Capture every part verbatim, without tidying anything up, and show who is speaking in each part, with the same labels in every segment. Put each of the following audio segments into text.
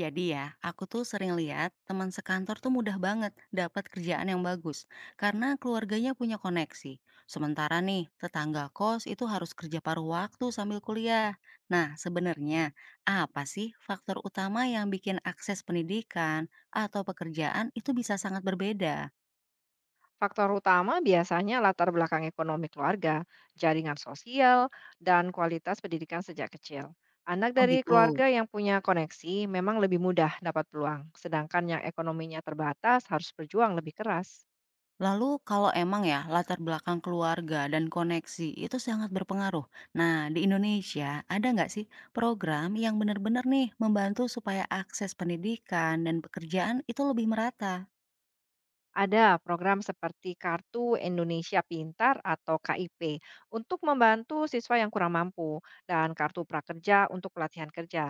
Speaker 1: Jadi ya, aku tuh sering lihat teman sekantor tuh mudah banget dapat kerjaan yang bagus karena keluarganya punya koneksi. Sementara nih, tetangga kos itu harus kerja paruh waktu sambil kuliah. Nah, sebenarnya apa sih faktor utama yang bikin akses pendidikan atau pekerjaan itu bisa sangat berbeda?
Speaker 2: Faktor utama biasanya latar belakang ekonomi keluarga, jaringan sosial, dan kualitas pendidikan sejak kecil. Anak
Speaker 1: Oh
Speaker 2: dari
Speaker 1: gitu.
Speaker 2: keluarga yang punya koneksi memang lebih mudah dapat peluang, sedangkan yang ekonominya terbatas harus berjuang lebih keras.
Speaker 1: Lalu kalau emang ya latar belakang keluarga dan koneksi itu sangat berpengaruh. Nah, di Indonesia ada nggak sih program yang benar-benar nih membantu supaya akses pendidikan dan pekerjaan itu lebih merata?
Speaker 2: Ada program seperti Kartu Indonesia Pintar atau K I P untuk membantu siswa yang kurang mampu dan Kartu Prakerja untuk pelatihan kerja.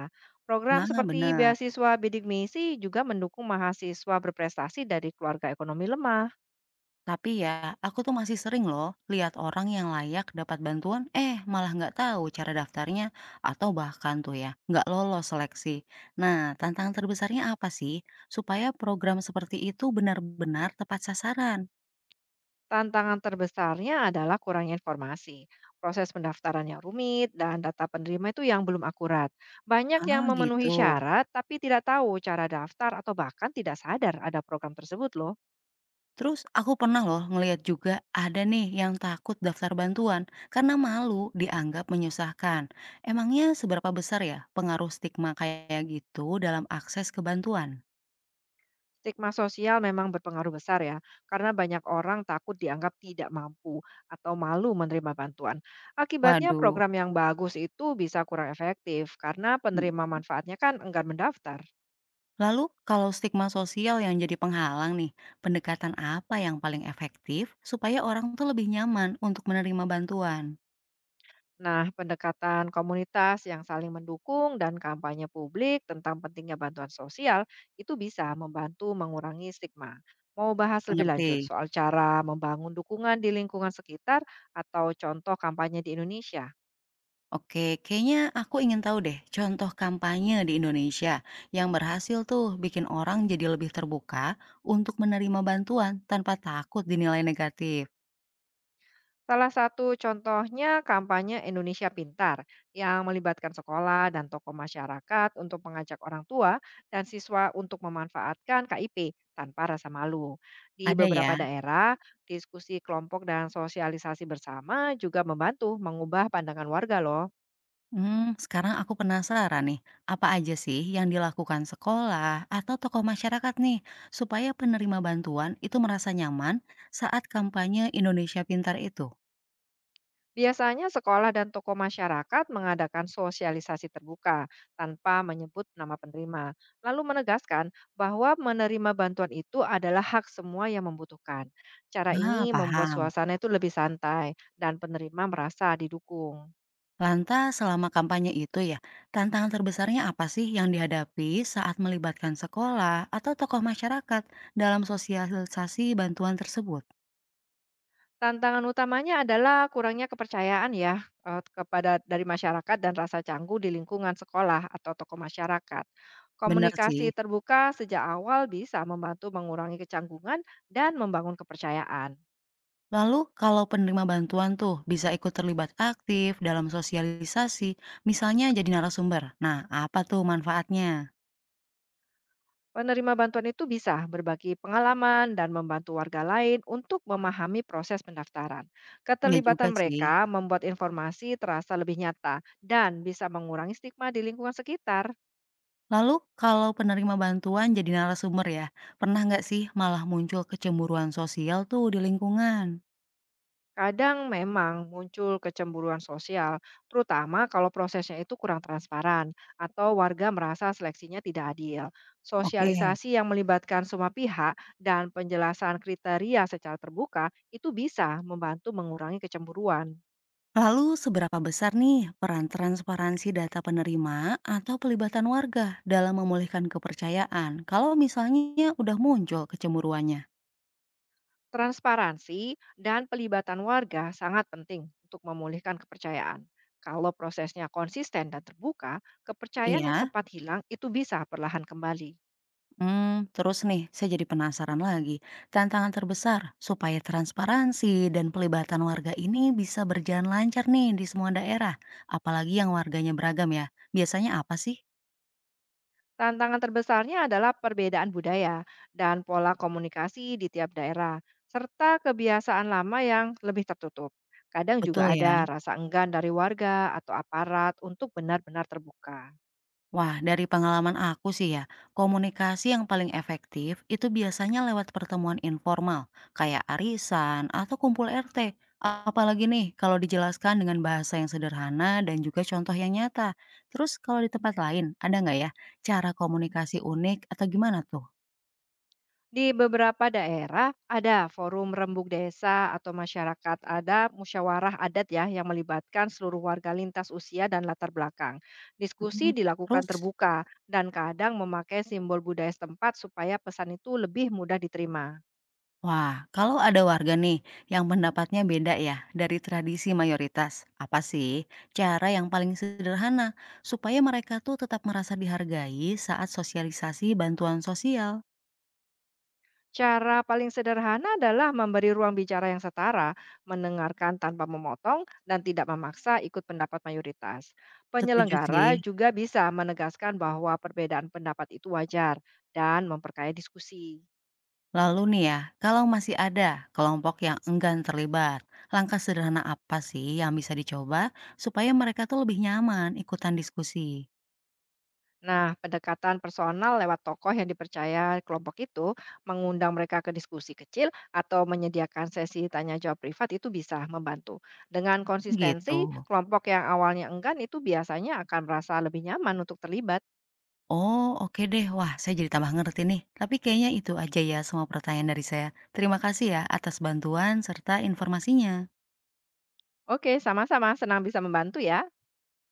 Speaker 2: Program
Speaker 1: Nah,
Speaker 2: seperti
Speaker 1: benar.
Speaker 2: beasiswa bidik misi juga mendukung mahasiswa berprestasi dari keluarga ekonomi lemah.
Speaker 1: Tapi ya, aku tuh masih sering loh lihat orang yang layak dapat bantuan, eh malah nggak tahu cara daftarnya atau bahkan tuh ya nggak lolos seleksi. Nah, tantangan terbesarnya apa sih supaya program seperti itu benar-benar tepat sasaran?
Speaker 2: Tantangan terbesarnya adalah kurangnya informasi, proses pendaftaran yang rumit, dan data penerima itu yang belum akurat. Banyak yang
Speaker 1: Ah, gitu.
Speaker 2: memenuhi syarat tapi tidak tahu cara daftar atau bahkan tidak sadar ada program tersebut loh.
Speaker 1: Terus aku pernah loh ngeliat juga ada nih yang takut daftar bantuan karena malu dianggap menyusahkan. Emangnya seberapa besar ya pengaruh stigma kayak gitu dalam akses ke bantuan?
Speaker 2: Stigma sosial memang berpengaruh besar ya, karena banyak orang takut dianggap tidak mampu atau malu menerima bantuan. Akibatnya,
Speaker 1: Waduh.
Speaker 2: program yang bagus itu bisa kurang efektif karena penerima
Speaker 1: Mm.
Speaker 2: manfaatnya kan enggan mendaftar.
Speaker 1: Lalu kalau stigma sosial yang jadi penghalang nih, pendekatan apa yang paling efektif supaya orang tuh lebih nyaman untuk menerima bantuan?
Speaker 2: Nah, pendekatan komunitas yang saling mendukung dan kampanye publik tentang pentingnya bantuan sosial itu bisa membantu mengurangi stigma. Mau bahas lebih lanjut
Speaker 1: Mengerti?
Speaker 2: soal cara membangun dukungan di lingkungan sekitar atau contoh kampanye di Indonesia?
Speaker 1: Oke, kayaknya aku ingin tahu deh contoh kampanye di Indonesia yang berhasil tuh bikin orang jadi lebih terbuka untuk menerima bantuan tanpa takut dinilai negatif.
Speaker 2: Salah satu contohnya kampanye Indonesia Pintar yang melibatkan sekolah dan tokoh masyarakat untuk mengajak orang tua dan siswa untuk memanfaatkan K I P tanpa rasa malu. Di
Speaker 1: Ada ya?
Speaker 2: beberapa daerah, diskusi kelompok dan sosialisasi bersama juga membantu mengubah pandangan warga loh.
Speaker 1: Hmm, sekarang aku penasaran nih, apa aja sih yang dilakukan sekolah atau tokoh masyarakat nih supaya penerima bantuan itu merasa nyaman saat kampanye Indonesia Pintar itu?
Speaker 2: Biasanya sekolah dan tokoh masyarakat mengadakan sosialisasi terbuka tanpa menyebut nama penerima, lalu menegaskan bahwa menerima bantuan itu adalah hak semua yang membutuhkan. Cara ini
Speaker 1: Ah,
Speaker 2: membuat
Speaker 1: paham.
Speaker 2: suasana itu lebih santai dan penerima merasa didukung.
Speaker 1: Lantas selama kampanye itu ya, tantangan terbesarnya apa sih yang dihadapi saat melibatkan sekolah atau tokoh masyarakat dalam sosialisasi bantuan tersebut?
Speaker 2: Tantangan utamanya adalah kurangnya kepercayaan ya eh, kepada dari masyarakat dan rasa canggung di lingkungan sekolah atau tokoh masyarakat.
Speaker 1: Benar
Speaker 2: Komunikasi
Speaker 1: sih.
Speaker 2: terbuka sejak awal bisa membantu mengurangi kecanggungan dan membangun kepercayaan.
Speaker 1: Lalu kalau penerima bantuan tuh bisa ikut terlibat aktif dalam sosialisasi, misalnya jadi narasumber. Nah, apa tuh manfaatnya?
Speaker 2: Penerima bantuan itu bisa berbagi pengalaman dan membantu warga lain untuk memahami proses pendaftaran.
Speaker 1: Ya juga
Speaker 2: Keterlibatan
Speaker 1: sih.
Speaker 2: mereka membuat informasi terasa lebih nyata dan bisa mengurangi stigma di lingkungan sekitar.
Speaker 1: Lalu kalau penerima bantuan jadi narasumber ya, pernah nggak sih malah muncul kecemburuan sosial tuh di lingkungan?
Speaker 2: Kadang memang muncul kecemburuan sosial, terutama kalau prosesnya itu kurang transparan atau warga merasa seleksinya tidak adil.
Speaker 1: Oke.
Speaker 2: Sosialisasi yang melibatkan semua pihak dan penjelasan kriteria secara terbuka itu bisa membantu mengurangi kecemburuan.
Speaker 1: Lalu seberapa besar nih peran transparansi data penerima atau pelibatan warga dalam memulihkan kepercayaan kalau misalnya udah muncul kecemburuannya?
Speaker 2: Transparansi dan pelibatan warga sangat penting untuk memulihkan kepercayaan. Kalau prosesnya konsisten dan terbuka, kepercayaan yang
Speaker 1: Iya.
Speaker 2: sempat hilang itu bisa perlahan kembali.
Speaker 1: Hmm, terus nih, saya jadi penasaran lagi. Tantangan terbesar supaya transparansi dan pelibatan warga ini bisa berjalan lancar nih di semua daerah, apalagi yang warganya beragam ya. Biasanya apa sih?
Speaker 2: Tantangan terbesarnya adalah perbedaan budaya dan pola komunikasi di tiap daerah, serta kebiasaan lama yang lebih tertutup. Kadang juga
Speaker 1: Betul
Speaker 2: ada
Speaker 1: ya.
Speaker 2: rasa enggan dari warga atau aparat untuk benar-benar terbuka.
Speaker 1: Wah, dari pengalaman aku sih ya, komunikasi yang paling efektif itu biasanya lewat pertemuan informal, kayak arisan atau kumpul R T. Apalagi nih, kalau dijelaskan dengan bahasa yang sederhana dan juga contoh yang nyata. Terus kalau di tempat lain, ada nggak ya cara komunikasi unik atau gimana tuh?
Speaker 2: Di beberapa daerah ada forum rembuk desa atau masyarakat ada musyawarah adat ya yang melibatkan seluruh warga lintas usia dan latar belakang. Diskusi
Speaker 1: Hmm,
Speaker 2: dilakukan
Speaker 1: terus,
Speaker 2: terbuka dan kadang memakai simbol budaya setempat supaya pesan itu lebih mudah diterima.
Speaker 1: wah, kalau ada warga nih yang pendapatnya beda ya dari tradisi mayoritas, apa sih cara yang paling sederhana supaya mereka tuh tetap merasa dihargai saat sosialisasi bantuan sosial?
Speaker 2: Cara paling sederhana adalah memberi ruang bicara yang setara, mendengarkan tanpa memotong, dan tidak memaksa ikut pendapat mayoritas.
Speaker 1: Setuju sih.
Speaker 2: Penyelenggara juga bisa menegaskan bahwa perbedaan pendapat itu wajar dan memperkaya diskusi.
Speaker 1: Lalu nih ya, kalau masih ada kelompok yang enggan terlibat, langkah sederhana apa sih yang bisa dicoba supaya mereka tuh lebih nyaman ikutan diskusi?
Speaker 2: Nah, pendekatan personal lewat tokoh yang dipercaya kelompok itu, mengundang mereka ke diskusi kecil atau menyediakan sesi tanya jawab privat itu bisa membantu. Dengan
Speaker 1: Gitu.
Speaker 2: konsistensi, kelompok yang awalnya enggan itu biasanya akan merasa lebih nyaman untuk terlibat.
Speaker 1: Oh, oke deh. Wah, saya jadi tambah ngerti nih. Tapi kayaknya itu aja ya semua pertanyaan dari saya. Terima kasih ya atas bantuan serta informasinya.
Speaker 2: Oke, sama-sama. Senang bisa membantu ya.